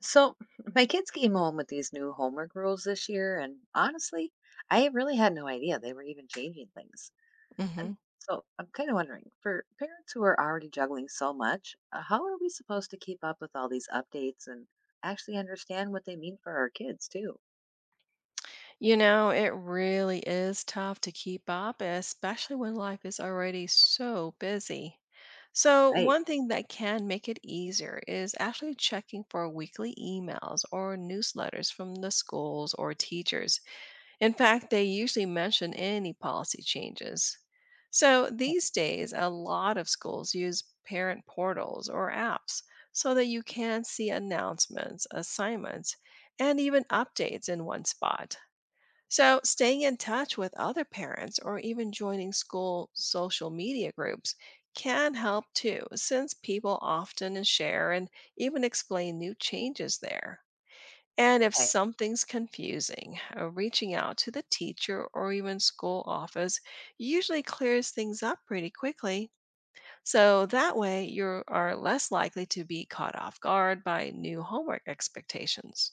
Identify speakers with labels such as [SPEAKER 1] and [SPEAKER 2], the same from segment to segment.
[SPEAKER 1] So, my kids came home with these new homework rules this year, and honestly, I really had no idea they were even changing things. And
[SPEAKER 2] hmm
[SPEAKER 1] so, I'm kind of wondering for parents who are already juggling so much, how are we supposed to keep up with all these updates and actually understand what they mean for our kids, too?
[SPEAKER 2] You know, it really is tough to keep up, especially when life is already so busy. So,
[SPEAKER 1] Right.
[SPEAKER 2] one thing that can make it easier is actually checking for weekly emails or newsletters from the schools or teachers. In fact, they usually mention any policy changes. So, these days, a lot of schools use parent portals or apps so that you can see announcements, assignments, and even updates in one spot. So, staying in touch with other parents or even joining school social media groups can help too, since people often share and even explain new changes there. And if
[SPEAKER 1] Okay.
[SPEAKER 2] something's confusing, reaching out to the teacher or even school office usually clears things up pretty quickly. So that way, you are less likely to be caught off guard by new homework expectations.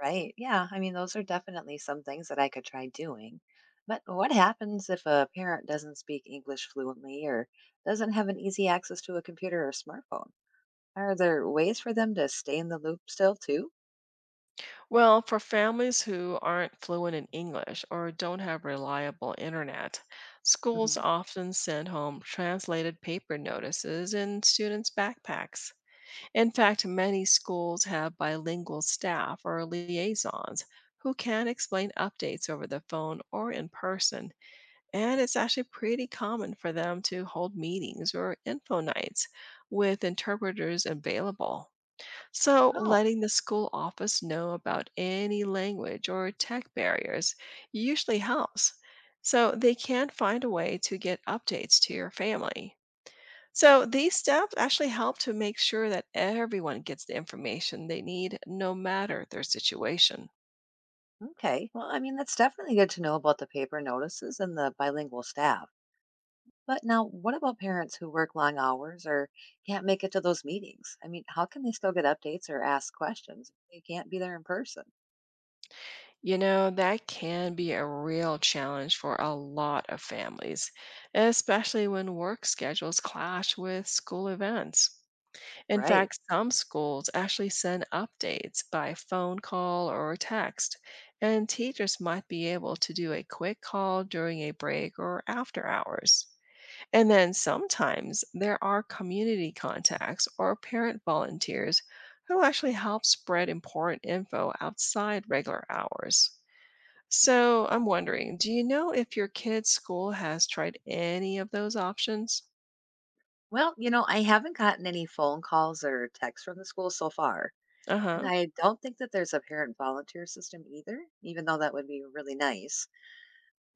[SPEAKER 1] Right. Yeah. I mean, those are definitely some things that I could try doing. But what happens if a parent doesn't speak English fluently or doesn't have an easy access to a computer or smartphone? Are there ways for them to stay in the loop still too?
[SPEAKER 2] Well, for families who aren't fluent in English or don't have reliable internet, schools
[SPEAKER 1] Mhm.
[SPEAKER 2] often send home translated paper notices in students' backpacks. In fact, many schools have bilingual staff or liaisons who can explain updates over the phone or in person. And it's actually pretty common for them to hold meetings or info nights with interpreters available. So,
[SPEAKER 1] Oh,
[SPEAKER 2] letting the school office know about any language or tech barriers usually helps, so they can find a way to get updates to your family. So, these steps actually help to make sure that everyone gets the information they need, no matter their situation.
[SPEAKER 1] okay. Well, I mean, that's definitely good to know about the paper notices and the bilingual staff. But now, what about parents who work long hours or can't make it to those meetings? I mean, how can they still get updates or ask questions if they can't be there in person?
[SPEAKER 2] You know, that can be a real challenge for a lot of families, especially when work schedules clash with school events. In
[SPEAKER 1] Right.
[SPEAKER 2] fact, some schools actually send updates by phone call or text, and teachers might be able to do a quick call during a break or after hours. And then sometimes there are community contacts or parent volunteers who actually help spread important info outside regular hours. So I'm wondering, do you know if your kid's school has tried any of those options?
[SPEAKER 1] Well, you know, I haven't gotten any phone calls or texts from the school so far.
[SPEAKER 2] Uh
[SPEAKER 1] And
[SPEAKER 2] huh.
[SPEAKER 1] I don't think that there's a parent volunteer system either, even though that would be really nice.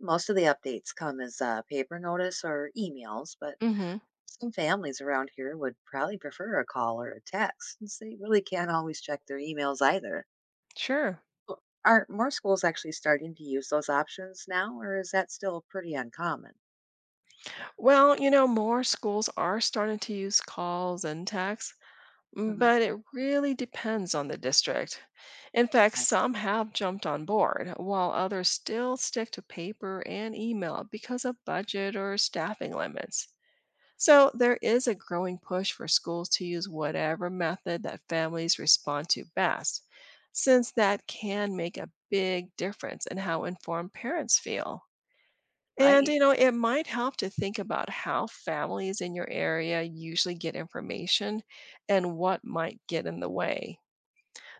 [SPEAKER 1] Most of the updates come as a paper notice or emails, but
[SPEAKER 2] Mm hmm.
[SPEAKER 1] some families around here would probably prefer a call or a text since they really can't always check their emails either.
[SPEAKER 2] Sure.
[SPEAKER 1] Oh, are more schools actually starting to use those options now, or is that still pretty uncommon?
[SPEAKER 2] Well, you know, more schools are starting to use calls and texts,
[SPEAKER 1] Mhm.
[SPEAKER 2] but it really depends on the district. In fact,
[SPEAKER 1] I s-
[SPEAKER 2] some have jumped on board, while others still stick to paper and email because of budget or staffing limits. So there is a growing push for schools to use whatever method that families respond to best, since that can make a big difference in how informed parents feel. And,
[SPEAKER 1] Right.
[SPEAKER 2] you know, it might help to think about how families in your area usually get information and what might get in the way.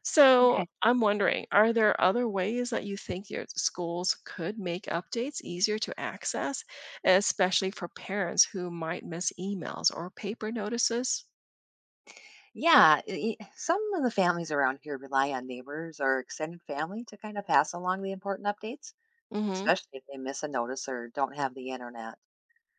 [SPEAKER 2] So,
[SPEAKER 1] Okay.
[SPEAKER 2] I'm wondering, are there other ways that you think your schools could make updates easier to access, especially for parents who might miss emails or paper notices?
[SPEAKER 1] Yeah. Some of the families around here rely on neighbors or extended family to kind of pass along the important updates,
[SPEAKER 2] Mhm.
[SPEAKER 1] especially if they miss a notice or don't have the internet.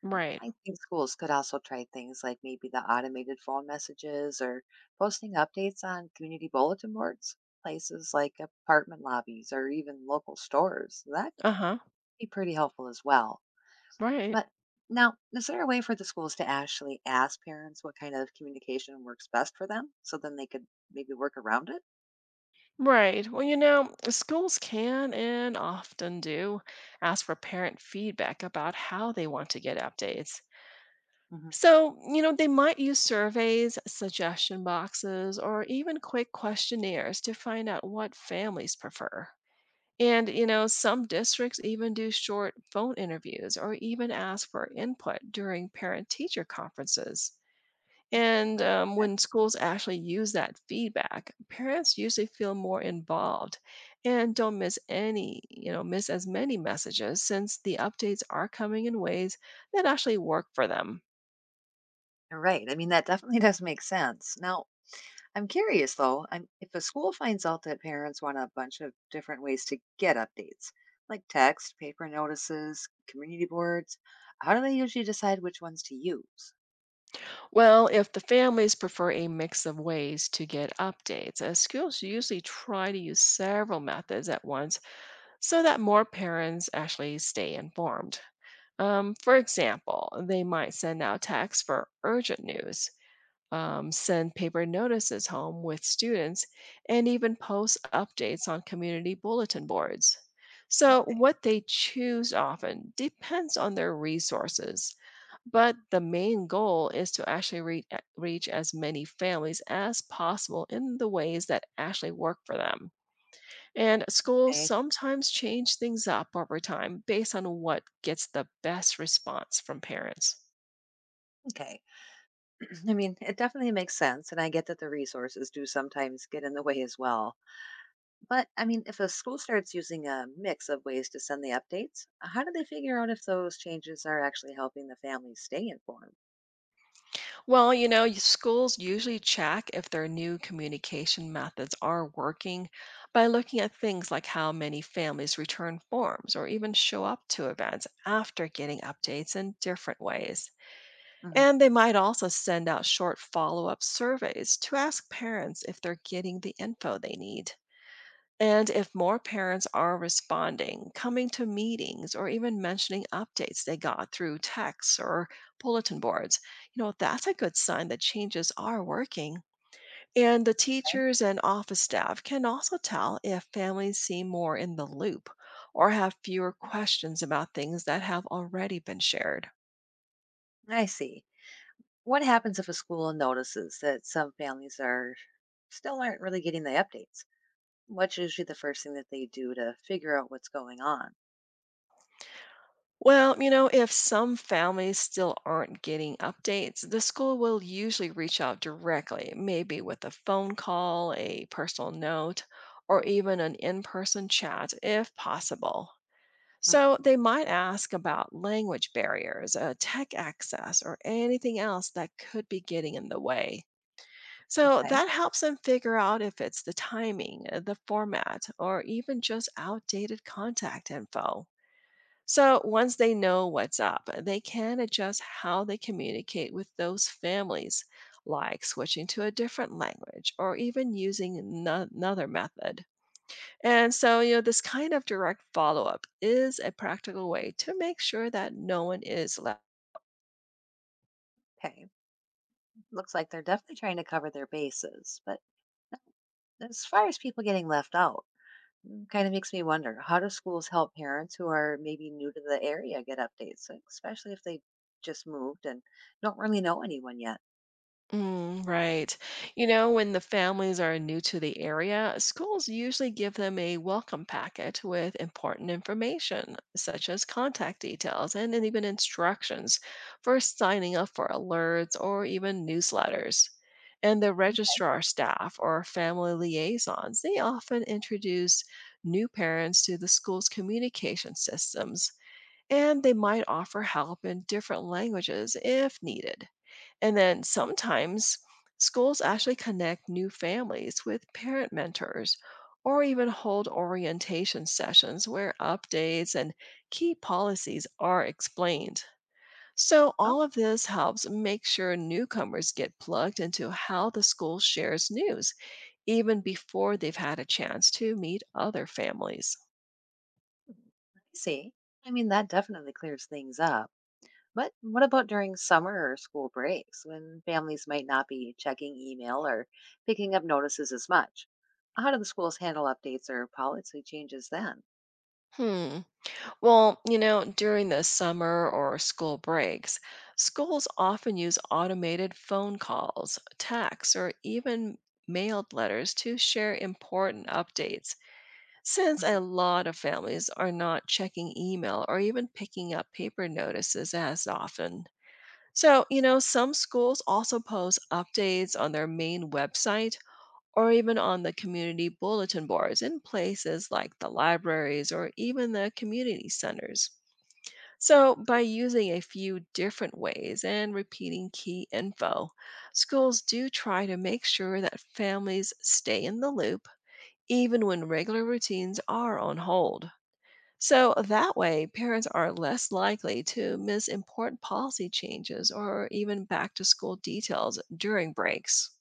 [SPEAKER 2] Right.
[SPEAKER 1] I think schools could also try things like maybe the automated phone messages or posting updates on community bulletin boards, places like apartment lobbies or even local stores. That could
[SPEAKER 2] Uh-huh.
[SPEAKER 1] be pretty helpful as well.
[SPEAKER 2] Right.
[SPEAKER 1] But now, is there a way for the schools to actually ask parents what kind of communication works best for them so then they could maybe work around it?
[SPEAKER 2] Right. Well, you know, schools can and often do ask for parent feedback about how they want to get updates.
[SPEAKER 1] Mhm.
[SPEAKER 2] So, you know, they might use surveys, suggestion boxes, or even quick questionnaires to find out what families prefer. And, you know, some districts even do short phone interviews or even ask for input during parent teacher conferences. And
[SPEAKER 1] Okay.
[SPEAKER 2] when schools actually use that feedback, parents usually feel more involved and don't miss any, you know, miss as many messages since the updates are coming in ways that actually work for them.
[SPEAKER 1] All right. I mean, that definitely does make sense. Now, I'm curious though, if a school finds out that parents want a bunch of different ways to get updates, like text, paper notices, community boards, how do they usually decide which ones to use?
[SPEAKER 2] Well, if the families prefer a mix of ways to get updates, as schools usually try to use several methods at once so that more parents actually stay informed. For example, they might send out texts for urgent news send paper notices home with students, and even post updates on community bulletin boards. So,
[SPEAKER 1] Okay.
[SPEAKER 2] what they choose often depends on their resources, but the main goal is to actually reach as many families as possible in the ways that actually work for them. And schools
[SPEAKER 1] I-
[SPEAKER 2] sometimes change things up over time based on what gets the best response from parents.
[SPEAKER 1] okay. I mean, it definitely makes sense, and I get that the resources do sometimes get in the way as well. But I mean, if a school starts using a mix of ways to send the updates, how do they figure out if those changes are actually helping the family stay informed?
[SPEAKER 2] Well, you know, schools usually check if their new communication methods are working by looking at things like how many families return forms or even show up to events after getting updates in different ways.
[SPEAKER 1] Hmm.
[SPEAKER 2] And they might also send out short follow up surveys to ask parents if they're getting the info they need. And if more parents are responding, coming to meetings, or even mentioning updates they got through texts or bulletin boards, you know, that's a good sign that changes are working. And the teachers and office staff can also tell if families seem more in the loop or have fewer questions about things that have already been shared.
[SPEAKER 1] I see. What happens if a school notices that some families are still aren't really getting the updates? What's usually the first thing that they do to figure out what's going on?
[SPEAKER 2] Well, you know, if some families still aren't getting updates, the school will usually reach out directly, maybe with a phone call, a personal note, or even an in person chat if possible.
[SPEAKER 1] Mhm.
[SPEAKER 2] So they might ask about language barriers, tech access, or anything else that could be getting in the way. So
[SPEAKER 1] Okay.
[SPEAKER 2] that helps them figure out if it's the timing, the format, or even just outdated contact info. So once they know what's up, they can adjust how they communicate with those families, like switching to a different language or even using another method. And so, you know, this kind of direct follow up is a practical way to make sure that no one is left.
[SPEAKER 1] Okay. Looks like they're definitely trying to cover their bases. But uh, as far as people getting left out, kind of makes me wonder, how do schools help parents who are maybe new to the area get updates, like, especially if they just moved and don't really know anyone yet?
[SPEAKER 2] Right. You know, when the families are new to the area, schools usually give them a welcome packet with important information, such as contact details and even instructions for signing up for alerts or even newsletters. And the registrar staff or family liaisons, they often introduce new parents to the school's communication systems, and they might offer help in different languages if needed. And then sometimes schools actually connect new families with parent mentors or even hold orientation sessions where updates and key policies are explained. So,
[SPEAKER 1] Oh,
[SPEAKER 2] all of this helps make sure newcomers get plugged into how the school shares news even before they've had a chance to meet other families.
[SPEAKER 1] I see. I mean, that definitely clears things up. But what about during summer or school breaks when families might not be checking email or picking up notices as much? How do the schools handle updates or policy changes then?
[SPEAKER 2] Hmm. Well, you know, during the summer or school breaks, schools often use automated phone calls, texts, or even mailed letters to share important updates, since a
[SPEAKER 1] Mhm.
[SPEAKER 2] lot of families are not checking email or even picking up paper notices as often. So, you know, some schools also post updates on their main website or even on the community bulletin boards in places like the libraries or even the community centers. So, by using a few different ways and repeating key info, schools do try to make sure that families stay in the loop even when regular routines are on hold. So, that way, parents are less likely to miss important policy changes or even back to school details during breaks.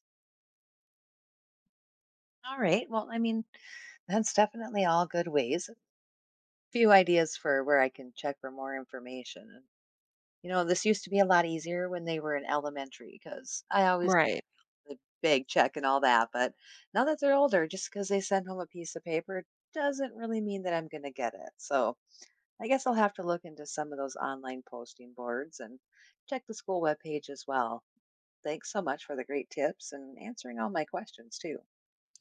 [SPEAKER 1] All right. Well, I mean, that's definitely all good ways. Few ideas for where I can check for more information. You know, this used to be a lot easier when they were in elementary because I always did
[SPEAKER 2] Right.
[SPEAKER 1] the big check and all that. But now that they're older, just because they send home a piece of paper doesn't really mean that I'm going to get it. So I guess I'll have to look into some of those online posting boards and check the school webpage as well. Thanks so much for the great tips and answering all my questions, too.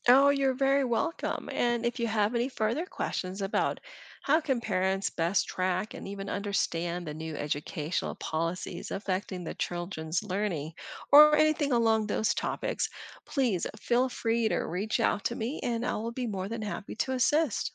[SPEAKER 2] Oh, you're very welcome. And if you have any further questions about how can parents best track and even understand the new educational policies affecting the children's learning or anything along those topics, please feel free to reach out to me and I will be more than happy to assist.